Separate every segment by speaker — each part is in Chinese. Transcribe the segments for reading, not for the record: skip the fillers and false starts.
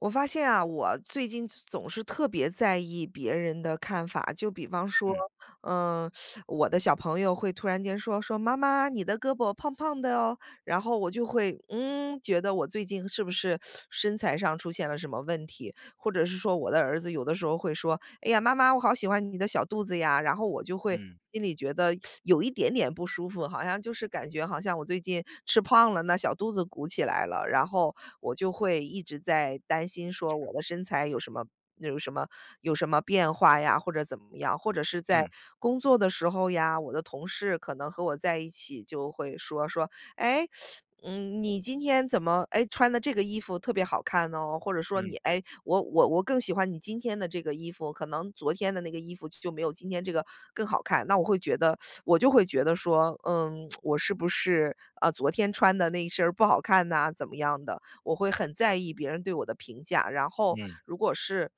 Speaker 1: 我发现啊，我最近总是特别在意别人的看法。就比方说，
Speaker 2: 嗯
Speaker 1: 嗯、我的小朋友会突然间说妈妈，你的胳膊胖胖的哦，然后我就会觉得我最近是不是身材上出现了什么问题？或者是说我的儿子有的时候会说："哎呀，妈妈，我好喜欢你的小肚子呀。"然后我就会
Speaker 2: 嗯
Speaker 1: 心里觉得有一点点不舒服，好像就是感觉好像我最近吃胖了，那小肚子鼓起来了，然后我就会一直在担心说我的身材有什么有什么变化呀，或者怎么样，或者是在
Speaker 2: 嗯
Speaker 1: 工作的时候呀，我的同事可能和我在一起就会说：“哎，嗯，你今天怎么，哎，穿的这个衣服特别好看呢？或者说你，
Speaker 2: 嗯
Speaker 1: 哎，我更喜欢你今天的这个衣服，可能昨天的那个衣服就没有今天这个更好看。那我会觉得，我就会觉得说，嗯，我是不是啊、昨天穿的那一身儿不好看呐、怎么样的？我会很在意别人对我的评价。然后，
Speaker 2: 嗯
Speaker 1: 如果是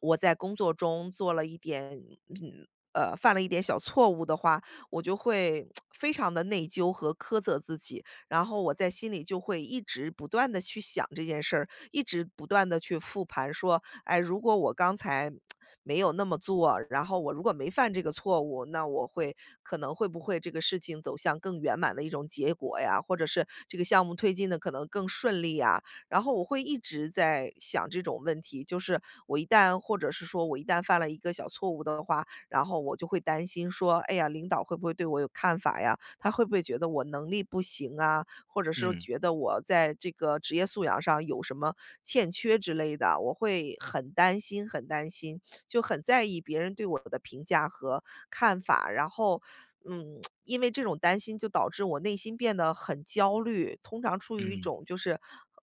Speaker 1: 我在工作中做了一点，嗯。犯了一点小错误的话，我就会 非常的内疚和苛责自己。然后我在心里就会一直不断的去想这件事儿，一直不断的去复盘说，哎，如果我刚才没有那么做，然后我如果没犯这个错误，那可能会不会这个事情走向更圆满的一种结果呀？或者是这个项目推进的可能更顺利呀？然后我会一直在想这种问题，就是我一旦或者是说我一旦犯了一个小错误的话，然后我就会担心说，哎呀，领导会不会对我有看法呀？他会不会觉得我能力不行啊？或者是
Speaker 2: 嗯
Speaker 1: 觉得我在这个职业素养上有什么欠缺之类的？我会很担心，就很在意别人对我的评价和看法，然后。嗯，因为这种担心就导致我内心变得很焦虑，通常处于一
Speaker 2: 嗯，
Speaker 1: 种就是，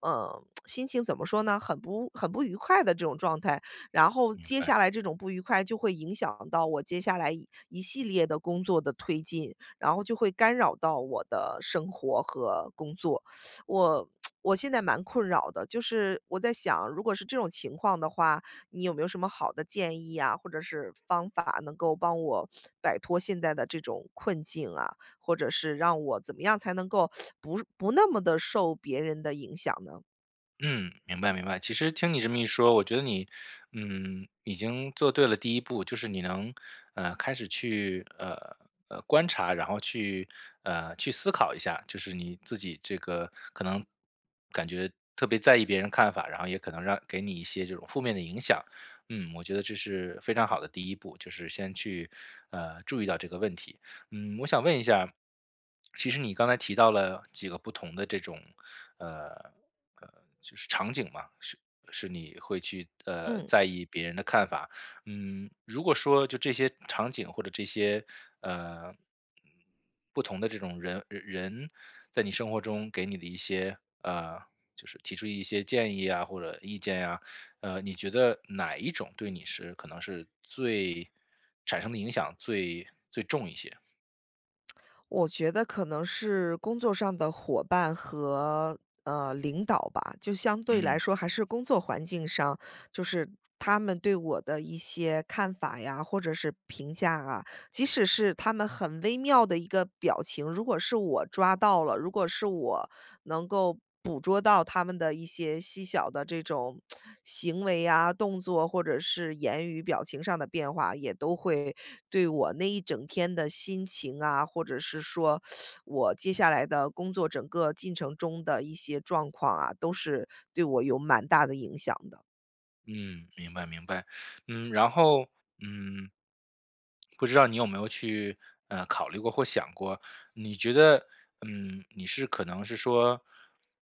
Speaker 1: 心情怎么说呢，很不愉快的这种状态。然后
Speaker 2: 明
Speaker 1: 接
Speaker 2: 白。
Speaker 1: 下来这种不愉快就会影响到我接下来一系列的工作的推进，然后就会干扰到我的生活和工作。我 我现在蛮困扰的，就是我在想，如果是这种情况的话，你有没有什么好的建议啊，或者是方法能够帮我摆脱现在的这种困境啊？或者是让我怎么样才能够不那么的受别人的影响呢？
Speaker 2: 嗯，明白明白。其实听你这么一说，我觉得你，嗯，已经做对了第一步，就是你能，开始去，观察，然后去，去思考一下，就是你自己这个可能感觉特别在意别人看法，然后也可能让给你一些这种负面的影响。嗯，我觉得这是非常好的第一步，就是先去，注意到这个问题。嗯，我想问一下，其实你刚才提到了几个不同的这种，呃呃，就是场景嘛，是你会去
Speaker 1: 嗯。
Speaker 2: 在意别人的看法。嗯，如果说就这些场景或者这些呃不同的这种人在你生活中给你的一些呃，就是提出一些建议啊或者意见呀、你觉得哪一种对你是可能是最产生的影响最重一些？
Speaker 1: 我觉得可能是工作上的伙伴和领导吧，就相对来
Speaker 2: 嗯
Speaker 1: 说还是工作环境上，就是他们对我的一些看法呀，或者是评价啊，即使是他们很微妙的一个表情，如果是我抓到了，如果是我能够捕捉到他们的一些细小的这种行为啊、动作，或者是言语、表情上的变化，也都会对我那一整天的心情啊，或者是说我接下来的工作整个进程中的一些状况啊，都是对我有蛮大的影响的。
Speaker 2: 嗯，明白明白。嗯，然后嗯，不知道你有没有去考虑过或想过，你觉得嗯你是可能是说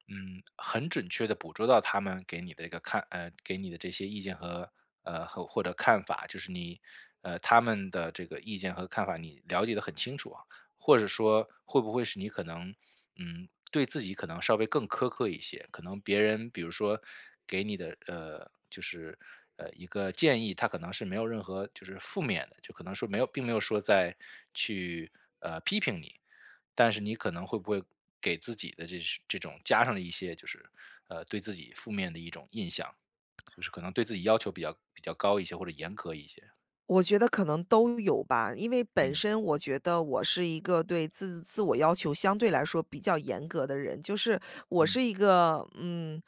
Speaker 2: 嗯很准确的捕捉到他们给你的一个看给你的这些意见和和或者看法，就是你他们的这个意见和看法你了解的很清楚啊，或者说会不会是你可能，嗯，对自己可能稍微更苛刻一些，可能别人比如说给你的就是一个建议，他可能是没有任何就是负面的，就可能说没有，并没有说在去批评你，但是你可能会不会给自己的这是这种加上了一些就是对自己负面的一种印象，就是可能对自己要求比较高一些或者严格一些，
Speaker 1: 我觉得可能都有吧，因为本
Speaker 2: 嗯
Speaker 1: 身我觉得我是一个对自我要求相对来说比较严格的人，就是我
Speaker 2: 嗯
Speaker 1: 是一个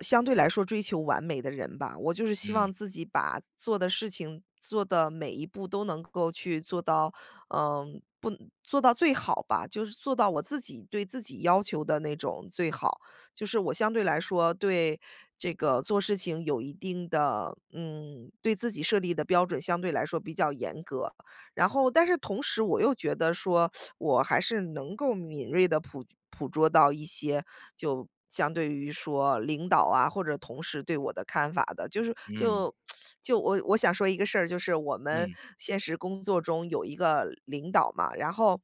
Speaker 1: 相对来说追求完美的人吧。我就是希望
Speaker 2: 嗯
Speaker 1: 自己把做的事情做的每一步都能够去做到，嗯，不做到最好吧，就是做到我自己对自己要求的那种最好。就是我相对来说对这个做事情有一定的嗯，对自己设立的标准相对来说比较严格。然后但是同时我又觉得说，我还是能够敏锐的捕捉到一些，就相对于说领导啊，或者同事对我的看法的。就是
Speaker 2: 嗯
Speaker 1: 就 就我想说一个事儿，就是我们
Speaker 2: 嗯
Speaker 1: 现实工作中有一个领导嘛，然后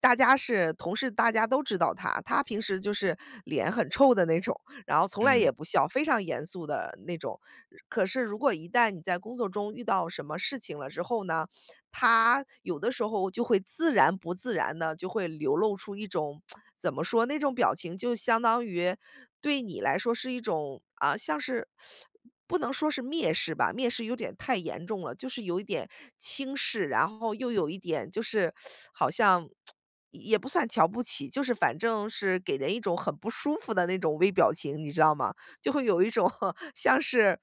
Speaker 1: 大家是同事大家都知道他，他平时就是脸很臭的那种，然后从来
Speaker 2: 嗯
Speaker 1: 也
Speaker 2: 嗯
Speaker 1: 不笑，非常严肃的那种。可是如果一旦你在工作中遇到什么事情了之后呢，他有的时候就会自然不自然的，就会流露出一种 怎么说，那种表情就相当于对你来说是一种，啊，像是不能说是蔑视吧，蔑视有点太严重了，就是有一点轻视，然后又有一点就是好像也不算瞧不起，就是反正是给人一种很不舒服的那种微表情，你知道吗？就会有一种 像是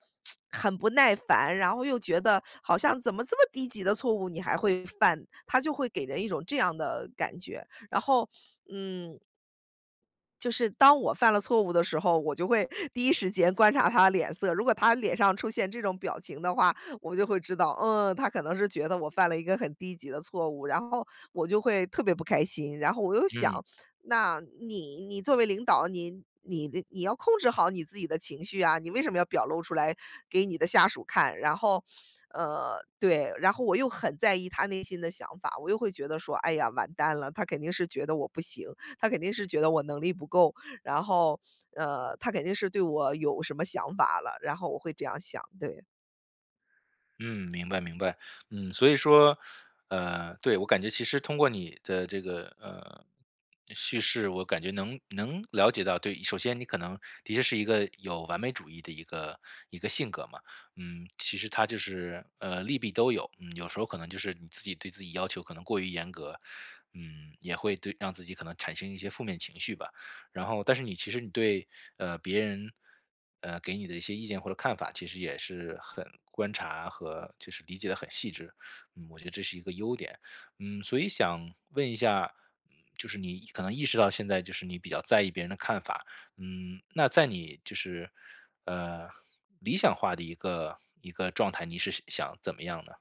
Speaker 1: 很不耐烦，然后又觉得好像怎么这么低级的错误你还会犯，他就会给人一种这样的感觉。然后，嗯，就是当我犯了错误的时候，我就会 第一时间观察他的脸色，如果他脸上出现这种表情的话，我就会知道，嗯，他可能是觉得我犯了一个很低级的错误，然后我就会特别不开心。然后我又想，
Speaker 2: 嗯。
Speaker 1: 那你作为领导，你要控制好你自己的情绪啊，你为什么要表露出来给你的下属看？然后，对，然后我又很在意他内心的想法，我又会觉得说，哎呀，完蛋了，他肯定是觉得我不行。他肯定是觉得我能力不够，然后，他肯定是对我有什么想法了，然后我会这样想，对。
Speaker 2: 嗯，明白明白。嗯，所以说，对，我感觉其实通过你的这个叙事，我感觉能了解到，对，首先你可能的确是一个有完美主义的一个性格嘛，嗯，其实他就是利弊都有，嗯，有时候可能就是你自己对自己要求可能过于严格，嗯，也会对让自己可能产生一些负面情绪吧，然后，但是你其实你对别人给你的一些意见或者看法，其实也是很观察和就是理解的很细致，嗯，我觉得这是一个优点，嗯，所以想问一下，嗯就是你可能意识到现在就是你比较在意别人的看法，嗯，那在你就是呃理想化的一个状态，你是想怎么样呢？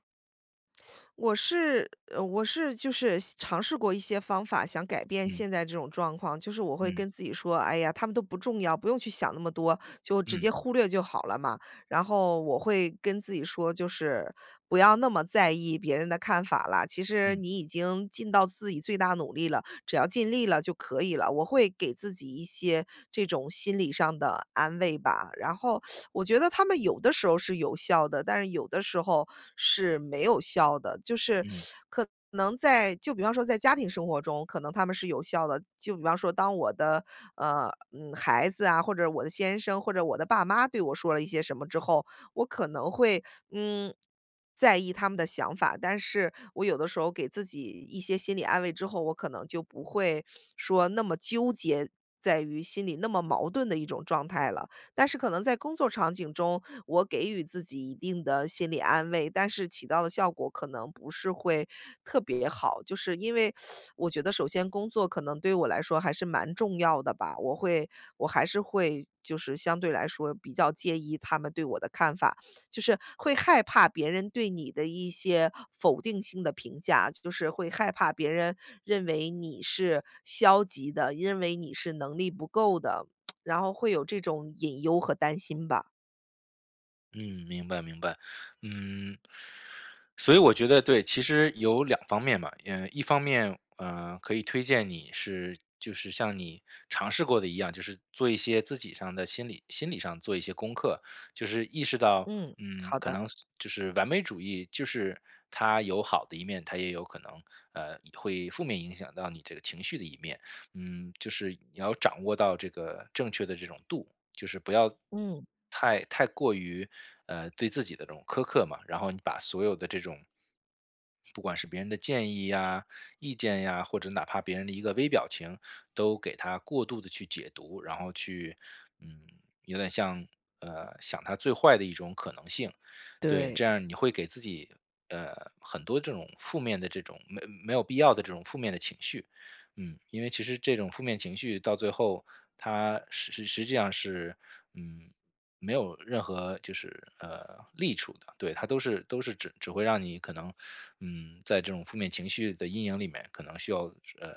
Speaker 1: 我是就是尝试过一些方法，想改变
Speaker 2: 嗯
Speaker 1: 现在这种状况，就是我会
Speaker 2: 嗯
Speaker 1: 跟自己说："哎呀，他们都不重要，不用去想那么多，就直
Speaker 2: 嗯
Speaker 1: 接忽略就好了嘛。"然后我会跟自己说，就是不要那么在意别人的看法啦，其实
Speaker 2: 嗯
Speaker 1: 你已经尽到自己最大努力了，只要尽力了就可以了。我会给自己一些这种心理上的安慰吧，然后我觉得他们有的时候是有效的，但是有的时候是没有效的，就是
Speaker 2: 嗯。
Speaker 1: 可能在就比方说在家庭生活中，可能他们是有效的。就比方说，当我的，孩子啊，或者我的先生，或者我的爸妈对我说了一些什么之后，我可能会，嗯，在意他们的想法。但是我有的时候给自己一些心理安慰之后，我可能就不会说那么纠结在于心里那么矛盾的一种状态了。但是可能在工作场景中，我给予自己一定的心理安慰，但是起到的效果可能不是会特别好。就是因为我觉得首先工作可能对我来说还是蛮重要的吧，我还是会就是相对来说比较介意他们对我的看法，就是会害怕别人对你的一些否定性的评价，就是会害怕别人认为你是消极的，认为你是能力不够的，然后会有这种隐忧和担心吧。
Speaker 2: 嗯，明白明白，嗯，所以我觉得对，其实有两方面吧，嗯，一方面，可以推荐你是就是像你尝试过的一样，就是做一些自己上的心理上做一些功课，就是意识到，
Speaker 1: 嗯，
Speaker 2: 嗯，
Speaker 1: 好
Speaker 2: 可
Speaker 1: 的，
Speaker 2: 能是就是完美主义，就是它有好的一面，它也有可能，会负面影响到你这个情绪的一面，嗯，就是你要掌握到这个正确的这种度，就是不要
Speaker 1: 嗯，
Speaker 2: 太过于对自己的这种苛刻嘛，然后你把所有的这种不管是别人的建。啊，意见呀，或者哪怕别人的一个微表情，都给他过度的去解读，然后去，嗯，有点像想他最坏的一种可能性，对，这
Speaker 1: 对，
Speaker 2: 样你会给自己呃很多这种负面的这种没有必要的这种负面的情绪，嗯，因为其实这种负面情绪到最后，它实际上是，嗯。没有任何就是利处的，对，它都是只会让你可能，嗯，在这种负面情绪的阴影里面，可能需要呃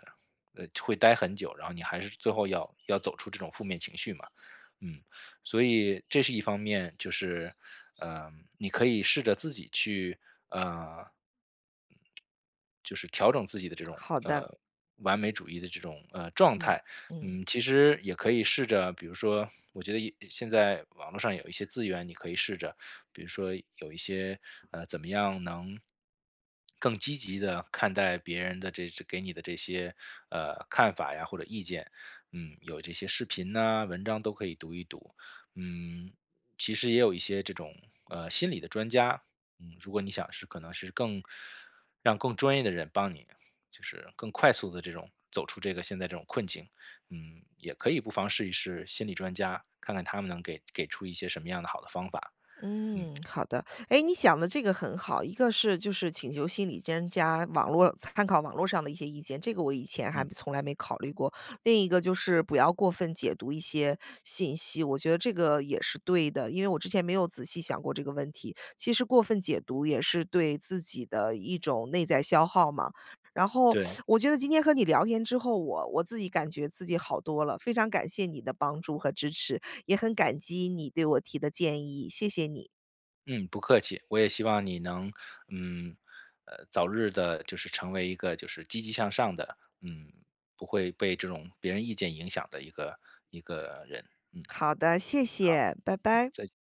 Speaker 2: 会待很久，然后你还是最后要走出这种负面情绪嘛，嗯，所以这是一方面，就是嗯你可以试着自己去呃就是调整自己的这种
Speaker 1: 好的，
Speaker 2: 完美主义的这种状
Speaker 1: 嗯
Speaker 2: 态，
Speaker 1: 嗯
Speaker 2: 嗯，其实也可以试着，比如说，我觉得也现在网络上有一些资源，你可以试着，比如说有一些怎么样能更积极的看待别人的这给你的这些看法呀或者意见，嗯，有这些视频呐、文章都可以读一读，嗯，其实也有一些这种心理的专家，嗯，如果你想是可能是更让更专业的人帮你，就是更快速的这种走出这个现在这种困境。嗯，也可以不妨试一试心理专家，看看他们能给出一些什么样的好的方法。嗯
Speaker 1: 嗯，好的。哎，你讲的这个很好，一个是就是请求心理专家，网络参考网络上的一些意见，这个我以前还
Speaker 2: 嗯，
Speaker 1: 从来没考虑过。另一个就是不要过分解读一些信息，我觉得这个也是对的，因为我之前没有仔细想过这个问题。其实过分解读也是对自己的一种内在消耗嘛。然后
Speaker 2: 对，
Speaker 1: 我觉得今天和你聊天之后，我自己感觉自己好多了，非常感谢你的帮助和支持，也很感激你对我提的建议，谢谢你。
Speaker 2: 嗯，不客气。我也希望你能，嗯，早日的，就是成为一个就是积极向上的，嗯，不会被这种别人意见影响的一个人。嗯，
Speaker 1: 好的，谢
Speaker 2: 好，
Speaker 1: 谢，拜
Speaker 2: 嗯，
Speaker 1: 拜。
Speaker 2: 再见。